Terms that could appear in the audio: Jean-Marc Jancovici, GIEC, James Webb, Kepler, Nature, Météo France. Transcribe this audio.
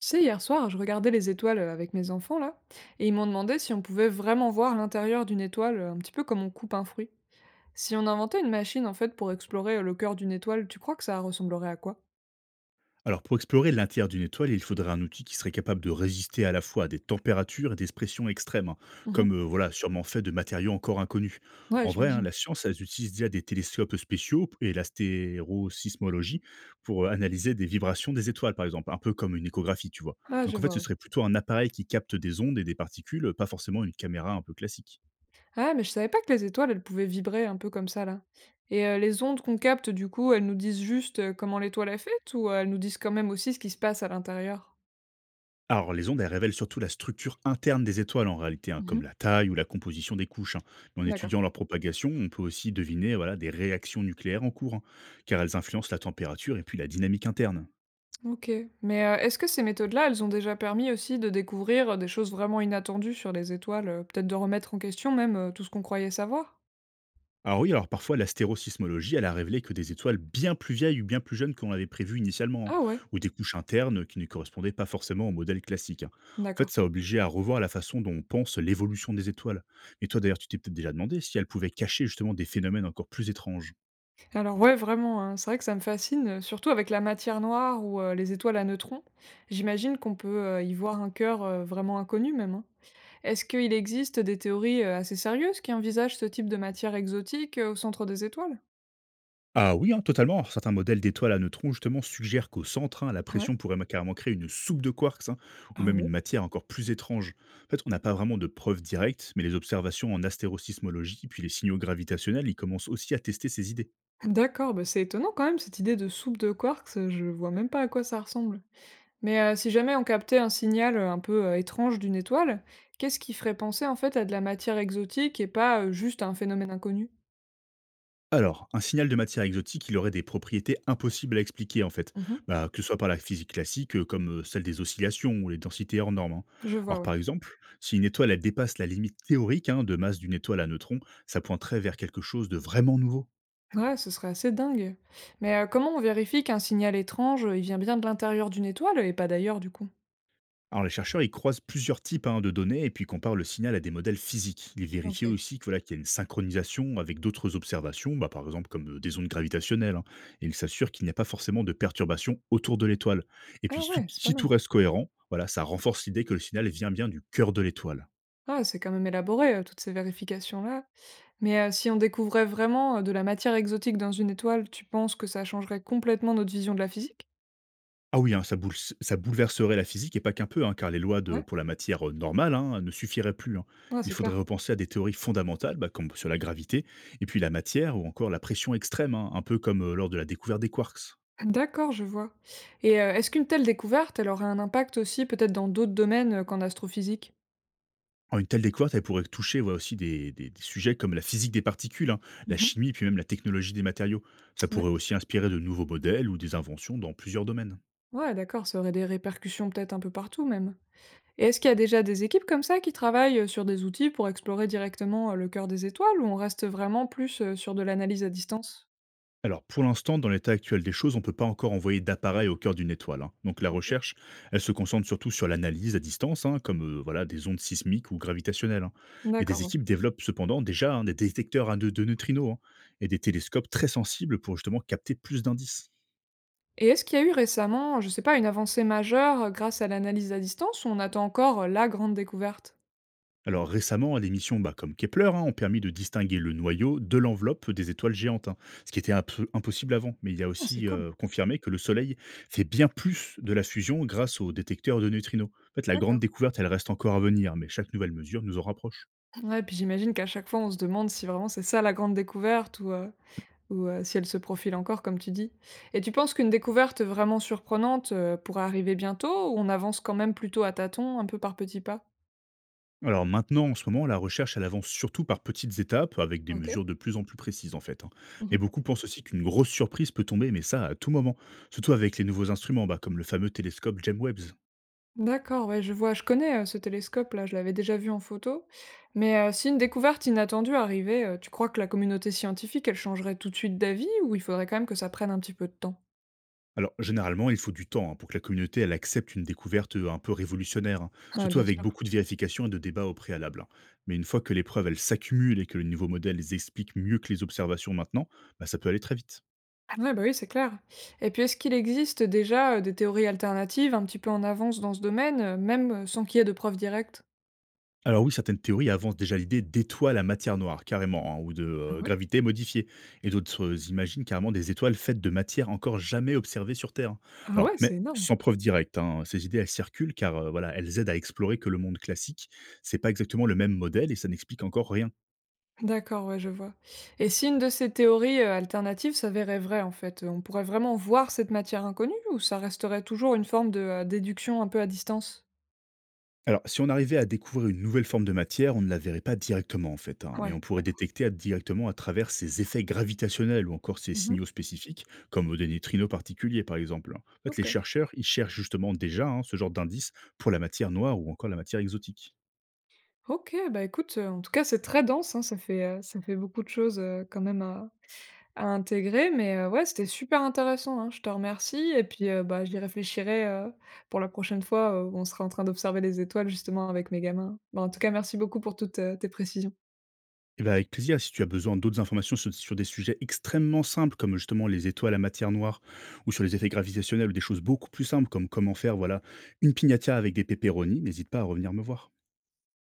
Tu sais, hier soir, je regardais les étoiles avec mes enfants, là, et ils m'ont demandé si on pouvait vraiment voir l'intérieur d'une étoile, un petit peu comme on coupe un fruit. Si on inventait une machine, en fait, pour explorer le cœur d'une étoile, tu crois que ça ressemblerait à quoi? Alors pour explorer l'intérieur d'une étoile, il faudrait un outil qui serait capable de résister à la fois à des températures et des pressions extrêmes, hein, Mhm. comme voilà sûrement fait de matériaux encore inconnus. Ouais, En vrai, hein, j'imagine. la science elle utilise déjà des télescopes spéciaux et l'astérosismologie pour analyser des vibrations des étoiles, par exemple, un peu comme une échographie, tu vois. Ah, je Donc en fait, vois, ce ouais. serait plutôt un appareil qui capte des ondes et des particules, pas forcément une caméra un peu classique. Ah, mais je savais pas que les étoiles, elles pouvaient vibrer un peu comme ça, là. Et les ondes qu'on capte, du coup, elles nous disent juste comment l'étoile est faite, ou elles nous disent quand même aussi ce qui se passe à l'intérieur? Alors, les ondes, elles révèlent surtout la structure interne des étoiles en réalité, hein, comme Mhm. la taille ou la composition des couches, hein. Mais en D'accord. étudiant leur propagation, on peut aussi deviner voilà, des réactions nucléaires en cours, hein, car elles influencent la température et puis la dynamique interne. OK, mais, est-ce que ces méthodes-là, elles ont déjà permis aussi de découvrir, des choses vraiment inattendues sur les étoiles, peut-être de remettre en question même, tout ce qu'on croyait savoir? Alors oui, alors parfois l'astérosismologie, elle a révélé que des étoiles bien plus vieilles ou bien plus jeunes qu'on l'avait prévu initialement, Ah ouais, hein, ou des couches internes qui ne correspondaient pas forcément au modèle classique, hein. En d'accord. fait, ça a obligé à revoir la façon dont on pense l'évolution des étoiles. Et toi d'ailleurs, tu t'es peut-être déjà demandé si elles pouvaient cacher justement des phénomènes encore plus étranges. Alors ouais, vraiment, hein, c'est vrai que ça me fascine, surtout avec la matière noire ou, les étoiles à neutrons. J'imagine qu'on peut, y voir un cœur, vraiment inconnu même, hein. Est-ce qu'il existe des théories, assez sérieuses qui envisagent ce type de matière exotique, au centre des étoiles? Ah oui, hein, totalement. Certains modèles d'étoiles à neutrons, justement, suggèrent qu'au centre, hein, la Ouais. pression pourrait carrément créer une soupe de quarks, hein, ou Ah même une ouais? matière encore plus étrange. En fait, on n'a pas vraiment de preuves directes, mais les observations en astérosismologie, puis les signaux gravitationnels, ils commencent aussi à tester ces idées. D'accord, bah, c'est étonnant quand même cette idée de soupe de quarks, je vois même pas à quoi ça ressemble. Mais si jamais on captait un signal, un peu, étrange d'une étoile, qu'est-ce qui ferait penser, en fait, à de la matière exotique et pas, juste à un phénomène inconnu? Alors, un signal de matière exotique, il aurait des propriétés impossibles à expliquer, en fait. Mmh. Bah, que ce soit par la physique classique, comme celle des oscillations ou les densités hors normes, hein. Je vois, Alors, ouais. par exemple, si une étoile elle dépasse la limite théorique hein, de masse d'une étoile à neutrons, ça pointerait vers quelque chose de vraiment nouveau. Ouais, ce serait assez dingue. Mais comment on vérifie qu'un signal étrange, il vient bien de l'intérieur d'une étoile et pas d'ailleurs, du coup? Alors les chercheurs, ils croisent plusieurs types hein, de données et puis comparent le signal à des modèles physiques. Ils vérifient OK. aussi que, voilà, qu'il y a une synchronisation avec d'autres observations, bah, par exemple comme des ondes gravitationnelles, hein. Et ils s'assurent qu'il n'y a pas forcément de perturbations autour de l'étoile. Et puis Ah ouais, c'est pas si tout mal. reste cohérent, voilà, ça renforce l'idée que le signal vient bien du cœur de l'étoile. Ah, c'est quand même élaboré, toutes ces vérifications-là. Mais si on découvrait vraiment, de la matière exotique dans une étoile, tu penses que ça changerait complètement notre vision de la physique? Ah oui, hein, ça bouleverserait la physique et pas qu'un peu, hein, car les lois de Ouais. pour la matière, normale, hein, ne suffiraient plus, hein. Ouais, Il c'est faudrait clair. repenser à des théories fondamentales, bah, comme sur la gravité et puis la matière ou encore la pression extrême, hein, un peu comme, lors de la découverte des quarks. D'accord, je vois. Et est-ce qu'une telle découverte, elle aurait un impact aussi peut-être dans d'autres domaines, qu'en astrophysique? En une telle découverte, elle pourrait toucher, ouais, aussi des sujets comme la physique des particules, hein, la Mmh. chimie puis même la technologie des matériaux. Ça Ouais. pourrait aussi inspirer de nouveaux modèles ou des inventions dans plusieurs domaines. Ouais, d'accord, ça aurait des répercussions peut-être un peu partout même. Et est-ce qu'il y a déjà des équipes comme ça qui travaillent, sur des outils pour explorer directement, le cœur des étoiles ou on reste vraiment plus, sur de l'analyse à distance? Alors, pour l'instant, dans l'état actuel des choses, on ne peut pas encore envoyer d'appareil au cœur d'une étoile, hein. Donc, la OK. recherche, elle se concentre surtout sur l'analyse à distance, hein, comme voilà, des ondes sismiques ou gravitationnelles, hein. Mais des D'accord, ouais. équipes développent cependant déjà hein, des détecteurs à de neutrinos hein, et des télescopes très sensibles pour justement capter plus d'indices. Et est-ce qu'il y a eu récemment, je sais pas, une avancée majeure, grâce à l'analyse à distance ou on attend encore, la grande découverte? Alors récemment, des missions bah, comme Kepler hein, ont permis de distinguer le noyau de l'enveloppe des étoiles géantes, hein, ce qui était un peu impossible avant. Mais il y a Ah, c'est aussi cool, confirmé que le Soleil fait bien plus de la fusion grâce aux détecteurs de neutrinos. En fait, la d'accord. grande découverte, elle reste encore à venir, mais chaque nouvelle mesure nous en rapproche. Ouais, puis j'imagine qu'à chaque fois, on se demande si vraiment c'est ça la grande découverte ou, si elle se profile encore comme tu dis. Et tu penses qu'une découverte vraiment surprenante, pourrait arriver bientôt ou on avance quand même plutôt à tâtons, un peu par petits pas? Alors maintenant, en ce moment, la recherche, elle avance surtout par petites étapes, avec des OK. mesures de plus en plus précises en fait, hein. Mmh. Mais beaucoup pensent aussi qu'une grosse surprise peut tomber, mais ça à tout moment, surtout avec les nouveaux instruments, bah, comme le fameux télescope James Webb. D'accord, ouais, je vois. Je connais, ce télescope-là, je l'avais déjà vu en photo. Mais, si une découverte inattendue arrivait, tu crois que la communauté scientifique, elle changerait tout de suite d'avis ou il faudrait quand même que ça prenne un petit peu de temps? Alors, généralement, il faut du temps hein, pour que la communauté elle accepte une découverte un peu révolutionnaire, hein, Ouais, surtout bien avec sûr. beaucoup de vérifications et de débats au préalable, hein. Mais une fois que les preuves elles s'accumulent et que le nouveau modèle les explique mieux que les observations maintenant, bah, ça peut aller très vite. Ah ouais, bah oui, c'est clair. Et puis, est-ce qu'il existe déjà des théories alternatives un petit peu en avance dans ce domaine, même sans qu'il y ait de preuves directes? Alors oui, certaines théories avancent déjà l'idée d'étoiles à matière noire, carrément, hein, ou de Ah ouais? gravité modifiée. Et d'autres imaginent carrément des étoiles faites de matière encore jamais observée sur Terre. Ah Alors, ouais, c'est mais énorme. sans preuve directe, hein, ces idées, elles circulent car voilà, elles aident à explorer que le monde classique, c'est pas exactement le même modèle et ça n'explique encore rien. D'accord, ouais, je vois. Et si une de ces théories alternatives s'avérait vraie, en fait, on pourrait vraiment voir cette matière inconnue ou ça resterait toujours une forme de déduction un peu à distance? Alors, si on arrivait à découvrir une nouvelle forme de matière, on ne la verrait pas directement en fait, hein, mais Ouais, on pourrait d'accord. détecter directement à travers ses effets gravitationnels ou encore ses Mhm. signaux spécifiques, comme des neutrinos particuliers par exemple, hein. En fait, les Ok. chercheurs, ils cherchent justement déjà hein, ce genre d'indices pour la matière noire ou encore la matière exotique. Ok, bah écoute, en tout cas, c'est très dense, hein, ça fait beaucoup de choses quand même à intégrer, mais ouais, c'était super intéressant, hein, je te remercie et puis, bah, j'y réfléchirai, pour la prochaine fois, où on sera en train d'observer les étoiles justement avec mes gamins. Bah, en tout cas, merci beaucoup pour toutes, tes précisions. Eh ben avec plaisir, si tu as besoin d'autres informations sur des sujets extrêmement simples comme justement les étoiles à matière noire ou sur les effets gravitationnels ou des choses beaucoup plus simples comme comment faire voilà une pignata avec des pépéronis, n'hésite pas à revenir me voir.